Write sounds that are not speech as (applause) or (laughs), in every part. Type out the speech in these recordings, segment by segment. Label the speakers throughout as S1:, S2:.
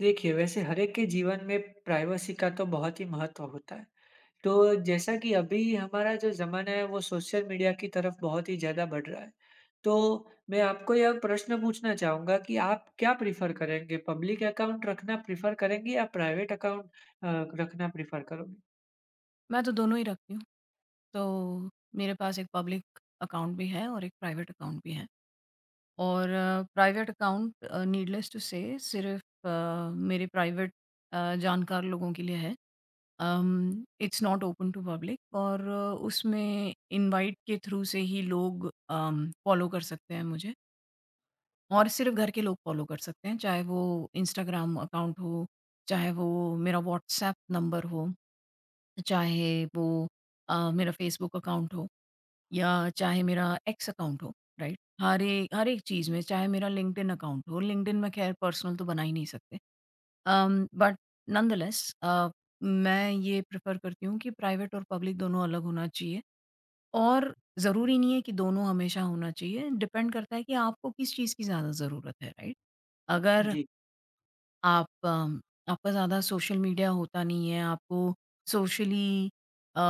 S1: देखिए, वैसे हर एक के जीवन में प्राइवेसी का तो बहुत ही महत्व होता है। तो जैसा कि अभी हमारा जो ज़माना है वो सोशल मीडिया की तरफ बहुत ही ज़्यादा बढ़ रहा है। तो मैं आपको यह प्रश्न पूछना चाहूँगा कि आप क्या प्रेफ़र करेंगे? पब्लिक अकाउंट रखना प्रेफ़र करेंगे या प्राइवेट अकाउंट अ, रखना प्रेफ़र करोगे?
S2: मैं तो दोनों ही रखती हूँ। तो मेरे पास एक पब्लिक अकाउंट भी है और एक प्राइवेट अकाउंट भी है। और प्राइवेट अकाउंट नीडलेस टू से सिर्फ़ मेरे प्राइवेट जानकार लोगों के लिए है। It's not open to public और उसमें इनवाइट के थ्रू से ही लोग फ़ॉलो कर सकते हैं मुझे और सिर्फ़ घर के लोग फ़ॉलो कर सकते हैं, चाहे वो इंस्टाग्राम अकाउंट हो, चाहे वो मेरा व्हाट्सएप नंबर हो, चाहे वो मेरा फ़ेसबुक अकाउंट हो। या चाहे मेरा एक्स अकाउंट हो, राइट? हर एक चीज़ में चाहे मेरा लिंक्डइन अकाउंट हो, लिंक्डइन में ख़ैर पर्सनल तो बना ही नहीं सकते। बट नॉनदलेस मैं ये प्रेफ़र करती हूँ कि प्राइवेट और पब्लिक दोनों अलग होना चाहिए और ज़रूरी नहीं है कि दोनों हमेशा होना चाहिए, डिपेंड करता है कि आपको किस चीज़ की ज़्यादा ज़रूरत है, राइट? अगर
S1: जी।
S2: आप आपका ज़्यादा सोशल मीडिया होता नहीं है, आपको सोशली अ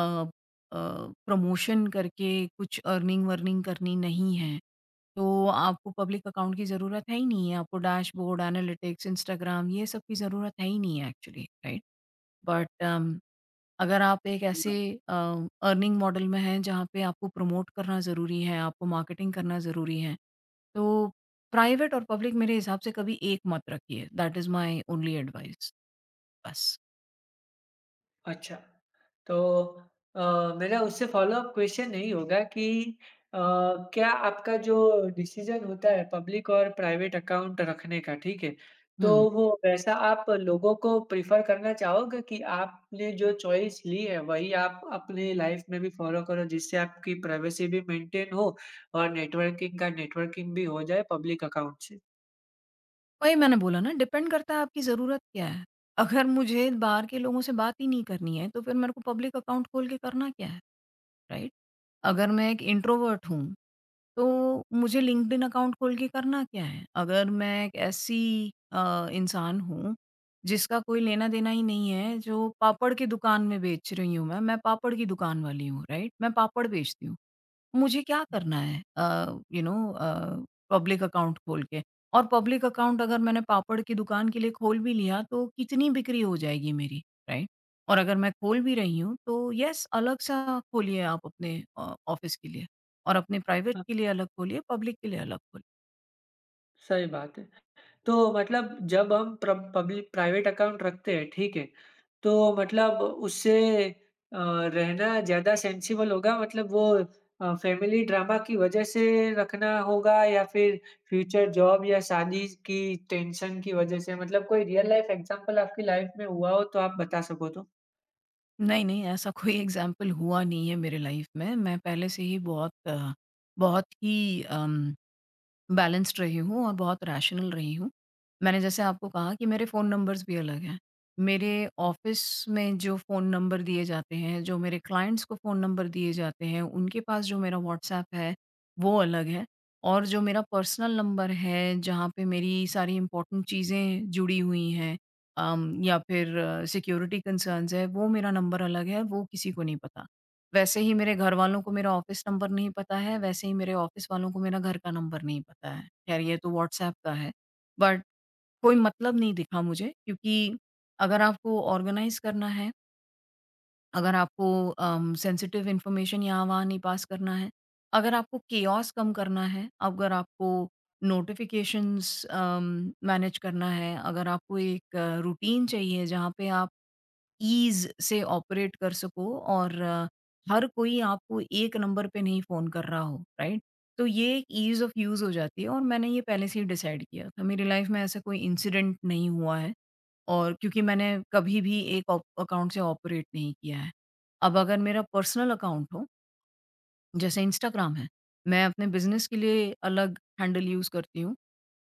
S2: अ, प्रमोशन करके कुछ अर्निंग-वर्निंग करनी नहीं है, तो आपको पब्लिक अकाउंट की ज़रूरत है ही नहीं है, आपको डैशबोर्ड, एनालिटिक्स, इंस्टाग्राम ये सब की ज़रूरत है ही नहीं है एक्चुअली, राइट? बट अगर आप एक ऐसे अर्निंग मॉडल में हैं जहाँ पे आपको प्रमोट करना ज़रूरी है, आपको मार्केटिंग करना ज़रूरी है, तो प्राइवेट और पब्लिक मेरे हिसाब से कभी एक मत रखिए। That is my only advice बस।
S1: अच्छा, तो अ, मेरा उससे फ़ॉलो-अप क्वेश्चन यही होगा कि अ, क्या आपका जो डिसीज़न होता है पब्लिक और प्राइवेट अकाउंट रखने का, ठीक है?
S2: हुँ,
S1: तो वो वैसा आप लोगों को प्रेफ़र करना चाहोगे कि आपने जो चॉइस ली है, वही आप अपनी लाइफ़ में भी फ़ॉलो करो, जिससे आपकी प्राइवेसी भी मेंटेन हो और नेटवर्किंग भी हो जाए पब्लिक अकाउंट से?
S2: वही मैंने बोला ना डिपेंड करता है आपकी ज़रूरत क्या है। अगर मुझे बाहर के लोगों से बात ही नहीं करनी है, तो फिर मेरे को पब्लिक अकाउंट खोल के करना क्या है, राइट? अगर मैं एक इंट्रोवर्ट हूँ तो मुझे लिंक्डइन अकाउंट खोल के करना क्या है? अगर मैं एक ऐसी इंसान हूँ, जिसका कोई लेना-देना ही नहीं है, जो पापड़ की दुकान में बेच रही हूँ मैं पापड़ की दुकान वाली हूँ, राइट? मैं पापड़ बेचती हूँ। मुझे क्या करना है पब्लिक अकाउंट खोल के? और पब्लिक अकाउंट अगर मैंने पापड़ की दुकान के लिए खोल भी लिया तो कितनी बिक्री हो जाएगी मेरी, राइट? और अगर मैं खोल भी रही हूँ तो येस अलग-सा खोलिए आप अपने ऑफ़िस के लिए और अपने प्राइवेट
S1: हाँ,
S2: के लिए अलग खोलिए, पब्लिक के लिए अलग खोलिए।
S1: सही बात है। तो मतलब जब हम प्र पब्लिक प्राइवेट अकाउंट रखते हैं, ठीक है? तो मतलब उससे अ, रहना ज़्यादा सेंसिबल होगा मतलब वो फैमिली ड्रामा की वजह से रखना होगा या फिर फ्यूचर जॉब या शादी की टेंशन की वजह से? मतलब कोई रियल लाइफ एग्ज़ाम्पल आपकी लाइफ में हुआ हो तो आप बता सको तो?
S2: नहीं, ऐसा (laughs) कोई एग्ज़ाम्पल हुआ नहीं है मेरे लाइफ़ में। मैं पहले से ही बहुत बहुत ही अम बैलेंस्ड रही हूँ और बहुत रैशनल रही हूँ। मैंने जैसे आपको कहा कि मेरे फ़ोन नंबर्स भी अलग हैं। मेरे ऑफ़िस में जो फ़ोन नंबर दिए जाते हैं, जो मेरे क्लाइंट्स को फ़ोन नंबर दिए जाते हैं, उनके पास जो मेरा व्हाट्सएप है, वो अलग है और जो मेरा पर्सनल नंबर है, जहाँ पे मेरी सारी इम्पोर्टेंट चीज़ें जुड़ी हुई हैं या फिर सिक्योरिटी कंसर्न्स है, वो मेरा नंबर अलग है, वो किसी को नहीं पता। वैसे ही मेरे घरवालों को मेरा ऑफ़िस नंबर नहीं पता है, वैसे ही मेरे ऑफ़िस वालों को मेरा घर का नंबर नहीं पता है। ख़ैर ये तो व्हाट्सएप का है, बट कोई मतलब नहीं दिखा मुझे क्योंकि अगर आपको ऑर्गनाइज़ करना है, अगर आपको सेंसिटिव इन्फॉर्मेशन यहाँ-वहाँ नहीं पास करना है, अगर आपको केओस कम करना है, अगर आपको नोटिफ़िकेशंस मैनेज करना है, अगर आपको एक रूटीन चाहिए जहाँ पे आप ईज़ से ऑपरेट कर सको और हर कोई आपको एक नंबर पे नहीं फ़ोन कर रहा हो, राइट? तो ये एक ईज़ ऑफ़ यूज़ हो जाती है और मैंने ये पहले से ही डिसाइड किया था। मेरी लाइफ़ में ऐसा कोई इंसिडेंट नहीं हुआ है और क्योंकि मैंने कभी भी एक ऑप अकाउंट से ऑपरेट नहीं किया है। अब अगर मेरा पर्सनल अकाउंट हो जैसे इंस्टाग्राम है, मैं अपने बिज़नेस के लिए अलग हैंडल यूज़ करती हूँ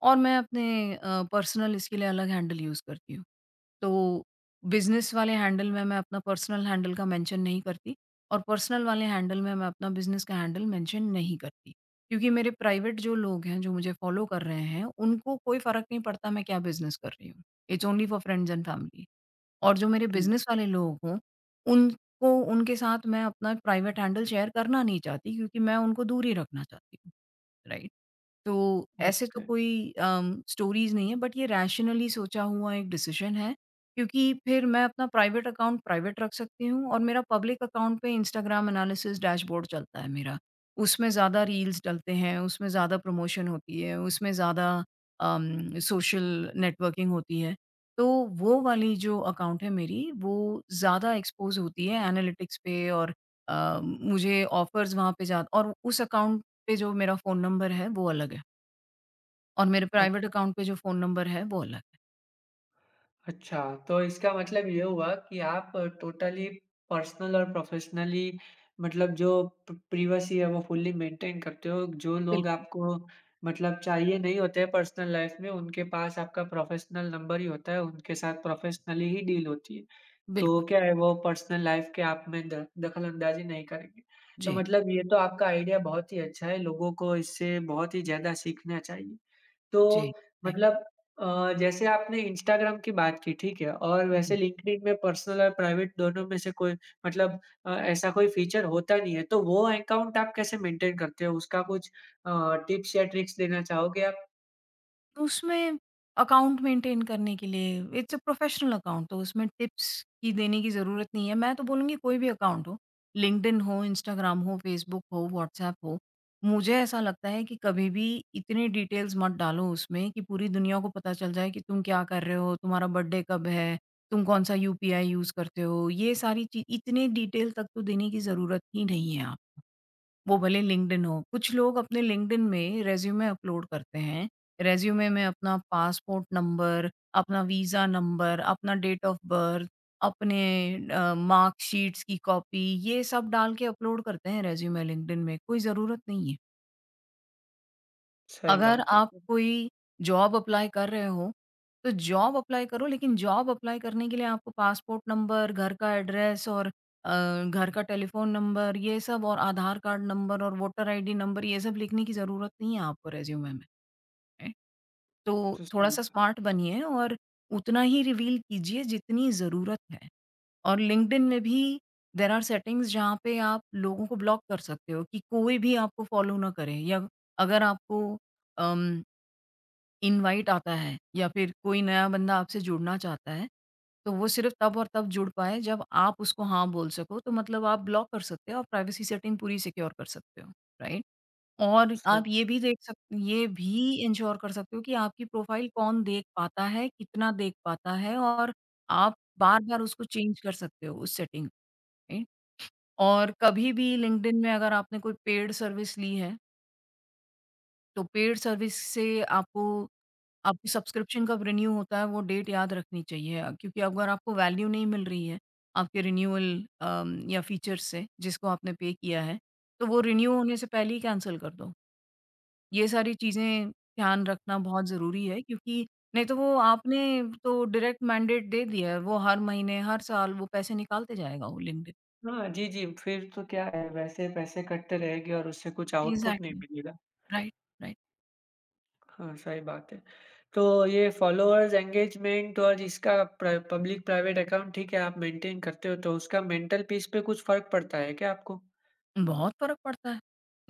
S2: और मैं अपने पर्सनल इसके लिए अलग हैंडल यूज़ करती हूँ। तो बिज़नेस वाले हैंडल में मैं अपना पर्सनल हैंडल का मेंशन नहीं करती और पर्सनल वाले हैंडल में मैं अपना बिज़नेस का हैंडल मेंशन नहीं करती। क्योंकि मेरे प्राइवेट जो लोग हैं, जो मुझे फ़ॉलो कर रहे हैं, उनको कोई फ़र्क नहीं पड़ता मैं क्या बिज़नेस कर रही हूँ। It's only for friends and family. और जो मेरे
S1: ओके,
S2: बिज़नेस वाले लोग हों, उनको उनके साथ मैं अपना प्राइवेट हैंडल शेयर करना नहीं चाहती क्योंकि मैं उनको दूर ही रखना चाहती हूँ। राइट। तो ऐसे तो
S1: ओके।
S2: कोई स्टोरीज़ नहीं है बट ये रैशनली सोचा हुआ एक डिसीजन है, क्योंकि फिर मैं अपना प्राइवेट अकाउंट प्राइवेट रख सकती हूँ और मेरा पब्लिक अकाउंट पे इंस्टाग्राम एनालिसिस डैशबोर्ड चलता है मेरा। उसमें ज़्यादा रील्स डलते हैं, उसमें ज़्यादा प्रमोशन होती है, उसमें ज़्यादा सोशल नेटवर्किंग होती है। तो वो वाली जो अकाउंट है मेरी, वो ज़्यादा एक्सपोज़ होती है एनालिटिक्स पे और मुझे ऑफ़र्स वहाँ पे जा और उस अकाउंट पे जो मेरा फ़ोन नंबर है वो अलग है और मेरे
S1: अ
S2: प्राइवेट अकाउंट पे जो फ़ोन नंबर है वो अलग है।
S1: अच्छा, तो इसका मतलब ये हुआ कि आप टोटली पर्सनल और प्रोफ़ेशनली मतलब जो प प्राइवेसी है वो फुल्ली मेंटेन करते हो। जो लोग
S2: बिल्कुल,
S1: आपको मतलब चाहिए नहीं होते हैं पर्सनल लाइफ़ में, उनके पास आपका प्रोफ़ेशनल नंबर ही होता है, उनके साथ प्रोफ़ेशनली ही डील होती है। तो
S2: बिल्कुल।
S1: क्या है वो पर्सनल लाइफ़ के आप में द दखल-अंदाज़ी नहीं करेंगे। तो
S2: जी,
S1: मतलब ये तो आपका आइडिया बहुत ही अच्छा है, लोगों को इससे बहुत ही ज़्यादा सीखना चाहिए।
S2: जी,
S1: तो
S2: थैंक
S1: मतलब जैसे आपने इंस्टाग्राम की बात की, ठीक है? और वैसे
S2: जी।
S1: लिंक्डइन में पर्सनल और प्राइवेट दोनों में से कोई मतलब ऐसा कोई फ़ीचर होता नहीं है, तो वो अकाउंट आप कैसे मेंटेन करते हो? उसका कुछ टिप्स या ट्रिक्स देना चाहोगे आप?
S2: तो उसमें अकाउंट मेंटेन करने के लिए इट्स अ प्रोफेशनल अकाउंट तो उसमें टिप्स की देने की ज़रूरत नहीं है। मैं तो बोलूँगी कोई भी अकाउंट हो, लिंक्डइन हो, इंस्टाग्राम हो, फेसबुक हो, व्हाट्सएप हो, मुझे ऐसा लगता है कि कभी भी इतनी डिटेल्स मत डालो उसमें कि पूरी दुनिया को पता चल जाए कि तुम क्या कर रहे हो, तुम्हारा बर्थडे कब है, तुम कौन-सा यूपीआई यूज़ करते हो। ये सारी ची इतने डिटेल तक तो देने की ज़रूरत ही नहीं है आप। वो भले लिंक्डइन हो। कुछ लोग अपने लिंक्डइन में रिज़्यूमे अपलोड करते हैं। रिज़्यूमे में अपना पासपोर्ट नंबर, अपना वीज़ा नंबर, अपना डेट ऑफ़ बर्थ, अपने मार्कशीट्स की कॉपी ये सब डाल के अपलोड करते हैं रिज़्यूमे लिंक्डइन में, कोई ज़रूरत नहीं है।
S1: सही
S2: अगर
S1: बात है।
S2: आप कोई जॉब अप्लाई कर रहे हो तो जॉब अप्लाई करो लेकिन जॉब अप्लाई करने के लिए आपको पासपोर्ट नंबर, घर का एड्रेस और अ, घर का टेलीफ़ोन नंबर ये सब और आधार कार्ड नंबर और वोटर आईडी नंबर ये सब लिखने की ज़रूरत नहीं है आपको रिज़्यूमे में। राइट? तो
S1: तो सही
S2: थोड़ा-सा
S1: बात
S2: स्मार्ट बनिए और उतना ही रिवील कीजिए जितनी ज़रूरत है। और लिंक्डइन में भी देयर आर सेटिंग्स जहाँ पे आप लोगों को ब्लॉक कर सकते हो कि कोई भी आपको फ़ॉलो ना करे या अगर आपको अम इनवाइट आता है या फिर कोई नया बंदा आपसे जुड़ना चाहता है, तो वो सिर्फ़ तब और तब जुड़ पाए जब आप उसको हाँ बोल सको, तो मतलब आप ब्लॉक कर सकते हो और प्राइवेसी सेटिंग पूरी सिक्योर कर सकते हो, राइट? और आप
S1: सही
S2: ये भी देख सक ये भी एन्श्योर कर सकते हो कि आपकी प्रोफ़ाइल कौन देख पाता है, कितना देख पाता है और आप बार-बार उसको चेंज कर सकते हो उस सेटिंग, राइट? और कभी भी लिंक्डइन में अगर आपने कोई पेड सर्विस ली है तो पेड सर्विस से आपको आपकी सब्सक्रिप्शन कब रिन्यू होता है वो डेट याद रखनी चाहिए क्योंकि अगर आपको वैल्यू नहीं मिल रही है आपके रिन्यूअल या फीचर्स से जिसको आपने पे किया है तो वो रिन्यू होने से पहले ही कैंसिल कर दो। ये सारी चीज़ें ध्यान रखना बहुत ज़रूरी है क्योंकि नहीं तो वो आपने तो डायरेक्ट मैंडेट दे दिया है, वो हर महीने, हर साल वो पैसे निकालते जाएगा वो लिंक्डइन।
S1: हाँ, जी, जी, फिर तो क्या है, वैसे पैसे कटते रहेंगे और उससे कुछ आउटपुट नहीं
S2: एग्ज़ैक्टली,
S1: मिलेगा।
S2: Right, right.
S1: हाँ, सही बात है। तो ये फ़ॉलोअर्स, एंगेजमेंट और इसका प्र पब्लिक प्राइवेट अकाउंट ठीक है आप मेंटेन करते हो, तो उसका मेंटल पीस पे कुछ फ़र्क पड़ता है क्या आपको?
S2: बहुत फ़र्क पड़ता है।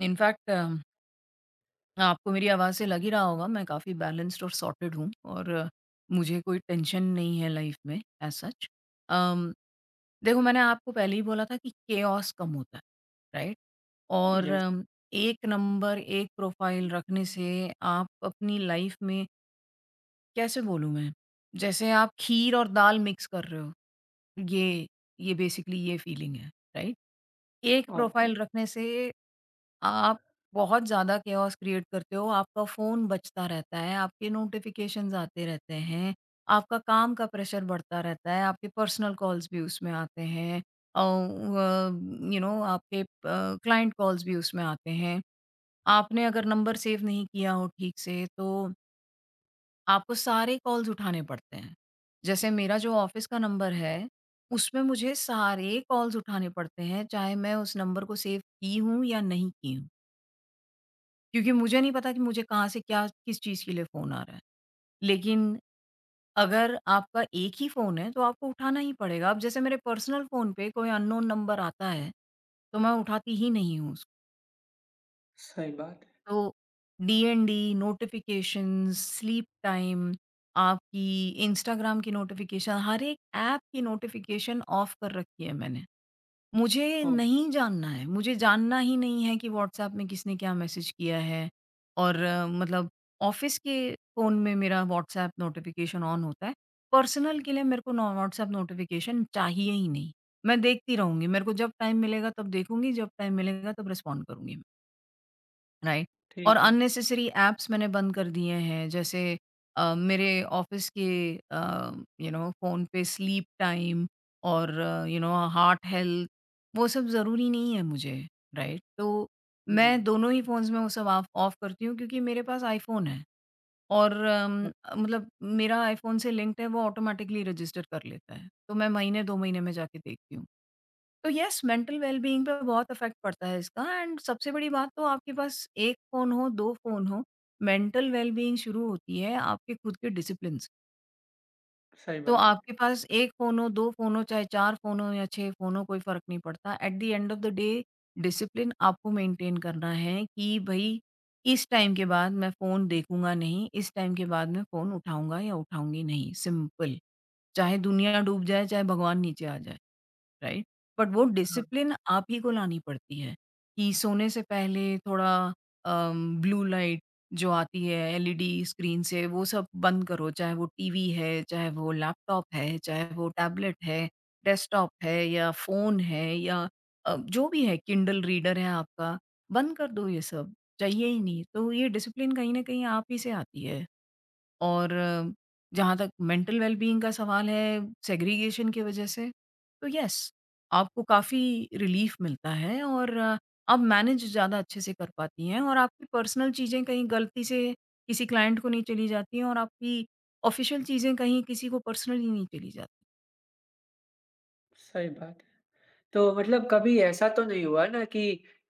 S2: इनफैक्ट आपको मेरी आवाज़ से लग ही रहा होगा मैं काफ़ी बैलेंस्ड और सॉर्टेड हूँ और मुझे कोई टेंशन नहीं है लाइफ में एज़ सच। अम, देखो मैंने आपको पहले ही बोला था कि केओस कम होता है, राइट? और
S1: यस।
S2: एक नंबर, एक प्रोफ़ाइल रखने से आप अपनी लाइफ में कैसे बोलूँ मैं? जैसे आप खीर और दाल मिक्स कर रहे हो, ये ये बेसिकली ये फीलिंग है, राइट? एक
S1: ओके,
S2: प्रोफ़ाइल रखने से आप बहुत ज़्यादा केओस क्रिएट करते हो, आपका फ़ोन बजता रहता है, आपके नोटिफ़िकेशंस आते रहते हैं, आपका काम का प्रेशर बढ़ता रहता है, आपके पर्सनल कॉल्स भी उसमें आते हैं औ अ, यू नो आपके क्लाइंट कॉल्स भी उसमें आते हैं। आपने अगर नंबर सेव नहीं किया हो ठीक से, तो आपको सारे कॉल्स उठाने पड़ते हैं। जैसे मेरा जो ऑफ़िस का नंबर है, उसमें मुझे सारे कॉल्स उठाने पड़ते हैं, चाहे मैं उस नंबर को सेव की हूँ या नहीं की हूँ। क्योंकि मुझे नहीं पता कि मुझे कहाँ से क्या किस चीज़ के लिए फ़ोन आ रहा है। लेकिन अगर आपका एक ही फ़ोन है, तो आपको उठाना ही पड़ेगा। अब जैसे मेरे पर्सनल फ़ोन पे कोई अननोन नंबर आता है, तो मैं उठाती ही नहीं हूँ उसको।
S1: सही बात है।
S2: तो डीएनडी, नोटिफ़िकेशंस, स्लीप टाइम, आपकी इंस्टाग्राम की नोटिफ़िकेशन, हर एक ऐप की नोटिफ़िकेशन ऑफ कर रखी है मैंने। मुझे
S1: ओह!
S2: नहीं जानना है, मुझे जानना ही नहीं है कि व्हाट्सऐप में किसने क्या मैसेज किया है और मतलब ऑफ़िस के फ़ोन में मेरा व्हाट्सऐप नोटिफ़िकेशन ऑन होता है। पर्सनल के लिए मेरे को नो व्हाट्सऐप नोटिफ़िकेशन चाहिए ही नहीं। मैं देखती रहूँगी, मेरे को जब टाइम मिलेगा तब देखूँगी, जब टाइम मिलेगा तब रिस्पॉन्ड करूँगी मैं। राइट। और
S1: ठीक है।
S2: अननेसेसरी ऐप्स मैंने बंद कर दिए हैं जैसे मेरे ऑफिस के यू नो फ़ोन पे स्लीप टाइम और यू नो हार्ट हेल्थ, वो सब ज़रूरी नहीं है मुझे। राइट, तो
S1: हुँ,
S2: मैं
S1: हुँ।
S2: दोनों ही फ़ोन्स में वो सब ऑफ ऑफ करती हूँ क्योंकि मेरे पास आईफ़ोन है और मतलब मेरा आईफ़ोन से लिंक्ड है, वो ऑटोमेटिकली रजिस्टर कर लेता है तो मैं महीने 2 महीने में जाके देखती हूँ। तो येस, मेंटल वेलबीइंग पे बहुत इफेक्ट पड़ता है इसका। एंड सबसे बड़ी बात, तो आपके पास एक फ़ोन हो, 2 फ़ोन हो, मेंटल वेलबीइंग शुरू होती है आपके खुद के डिसिप्लिन से।
S1: सही
S2: तो
S1: बात है।
S2: आपके पास 1 फ़ोन हो, 2 फ़ोन हो, चाहे 4 फ़ोन हो या 6 फ़ोन हो, कोई फ़र्क नहीं पड़ता। At the end of the day discipline आपको मेंटेन करना है कि भई इस टाइम के बाद मैं फ़ोन देखूँगा नहीं, इस टाइम के बाद मैं फ़ोन उठाऊँगा या उठाऊँगी नहीं, सिंपल। चाहे दुनिया डूब जाए, चाहे भगवान नीचे आ जाए। राइट? बट वो
S1: हाँ,
S2: डिसिप्लिन आप ही को लानी पड़ती है, कि सोने से पहले थोड़ा ब्लू लाइट जो आती है एलईडी स्क्रीन से वो सब बंद करो, चाहे वो टीवी है, चाहे वो लैपटॉप है, चाहे वो टैबलेट है, डेस्कटॉप है या फ़ोन है या जो भी है किंडल रीडर है आपका, बंद कर दो ये सब, चाहिए ही नहीं। तो ये डिसिप्लिन कहीं न कहीं आप ही से आती है। और जहाँ तक मेंटल वेलबीइंग का सवाल है सेग्रीगेशन की वजह से, तो येस, आपको काफ़ी रिलीफ़ मिलता है और आप मैनेज ज़्यादा अच्छे से कर पाती हैं और आपकी पर्सनल चीज़ें कहीं गलती से किसी क्लाइंट को नहीं चली जाती हैं और आपकी ऑफ़िशियल चीज़ें कहीं किसी को पर्सनली नहीं चली जाती।
S1: सही बात है। तो मतलब कभी ऐसा तो नहीं हुआ ना कि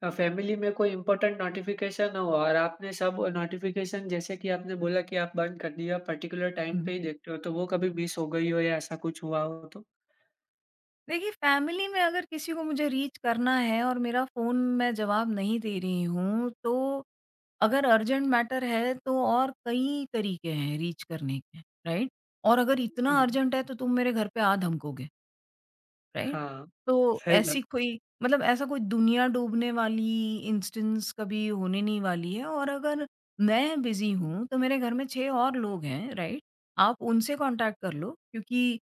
S1: फैमिली में कोई इम्पोर्टेंट नोटिफ़िकेशन हो और आपने सब नोटिफ़िकेशन जैसे कि आपने बोला कि आप बंद कर दिया, पर्टिकुलर टाइम पे
S2: हुँ।
S1: ही देखते हो, तो वो कभी मिस हो गई हो या ऐसा कुछ हुआ हो तो?
S2: देखिए, फ़ैमिली में अगर किसी को मुझे रीच करना है और मेरा फ़ोन मैं जवाब नहीं दे रही हूँ, तो अगर अर्जेंट मैटर है तो और कई तरीके हैं रीच करने के, राइट? और अगर
S1: हुँ।
S2: इतना अर्जेंट है तो तुम मेरे घर पे आ धमकोगे। राइट?
S1: हाँ,
S2: तो
S1: सही बात
S2: ऐसी कोई मतलब ऐसा कोई दुनिया डूबने वाली इंस्टेंस कभी होने नहीं वाली है, और अगर मैं बिज़ी हूँ, तो मेरे घर में 6 और लोग हैं, राइट? आप उनसे कॉन्टैक्ट कर लो क्योंकि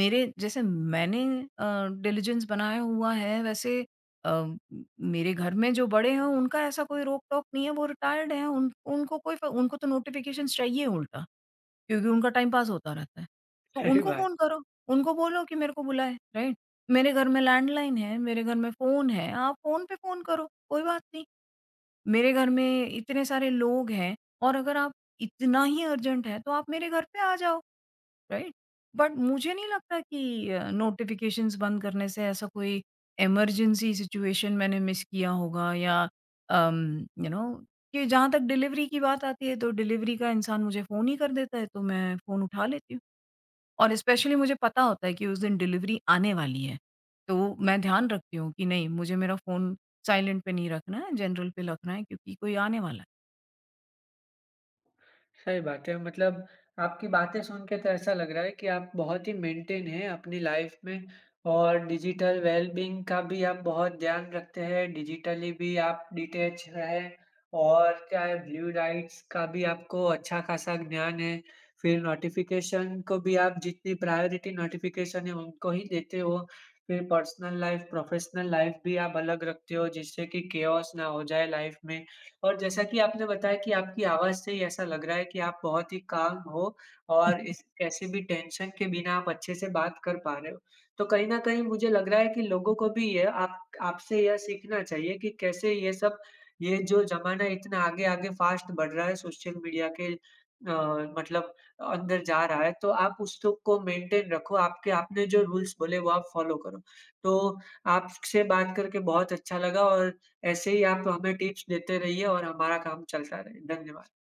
S2: मेरे जैसे मैंने डिलिजेंस बनाया हुआ है, वैसे अ, म मेरे घर में जो बड़े हैं उनका ऐसा कोई रोक-टोक नहीं है, वो रिटायर्ड हैं, उन उनको कोई फ उनको तो नोटिफ़िकेशंस चाहिए उल्टा। क्योंकि उनका टाइम पास होता रहता है। तो
S1: सही
S2: उनको
S1: बात
S2: फ़ोन करो, उनको बोलो कि मेरे को बुलाएँ, राइट? मेरे घर में लैंडलाइन है, मेरे घर में फ़ोन है, आप फ़ोन पे फ़ोन करो, कोई बात नहीं। मेरे घर में इतने सारे लोग हैं और अगर आप इतना ही अर्जेंट है, तो आप मेरे घर पे आ जाओ। राइट? बट मुझे नहीं लगता कि नोटिफ़िकेशंस बंद करने से ऐसा कोई इमरजेंसी सिचुएशन मैंने मिस किया होगा या यू नो। कि जहाँ तक डिलीवरी की बात आती है तो डिलीवरी का इंसान मुझे फ़ोन ही कर देता है तो मैं फ़ोन उठा लेती हूँ और स्पेशली मुझे पता होता है कि उस दिन डिलीवरी आने वाली है। तो मैं ध्यान रखती हूँ कि नहीं मुझे मेरा फ़ोन साइलेंट पे नहीं रखना है, जनरल पे रखना है क्योंकि कोई आने वाला है।
S1: सही बात है। मतलब आपकी बातें सुन के तो ऐसा लग रहा है कि आप बहुत ही मेंटेन हैं अपनी लाइफ में और डिजिटल वेल-बीइंग का भी आप बहुत ध्यान रखते हैं, डिजिटली भी आप डिटैच हैं और क्या है ब्लू लाइट्स का भी आपको अच्छा खासा ज्ञान है। फिर नोटिफ़िकेशन को भी आप जितनी प्रायोरिटी नोटिफ़िकेशन है उनको ही देते हो। फिर पर्सनल लाइफ़, प्रोफ़ेशनल लाइफ़ भी आप अलग रखते हो जिससे कि केओस ना हो जाए लाइफ़ में। और जैसा कि आपने बताया कि आपकी आवाज़ से ही ऐसा लग रहा है कि आप बहुत ही काम हो और इस कैसे भी टेंशन के बिना आप अच्छे से बात कर पा रहे हो। तो कहीं न कहीं मुझे लग रहा है कि लोगों को भी ये आप आपसे यह सीखना चाहिए कि कैसे ये सब ये जो ज़माना इतना आगे-आगे फ़ास्ट बढ़ रहा है सोशल मीडिया के अ, मतलब अंदर जा रहा है, तो आप उस तो को मेंटेन रखो। आपके आपने जो रूल्स बोले वो आप फ़ॉलो करो। तो आपसे बात करके बहुत अच्छा लगा और ऐसे ही आप हमें टिप्स देते रहिए और हमारा काम चलता रहे। धन्यवाद।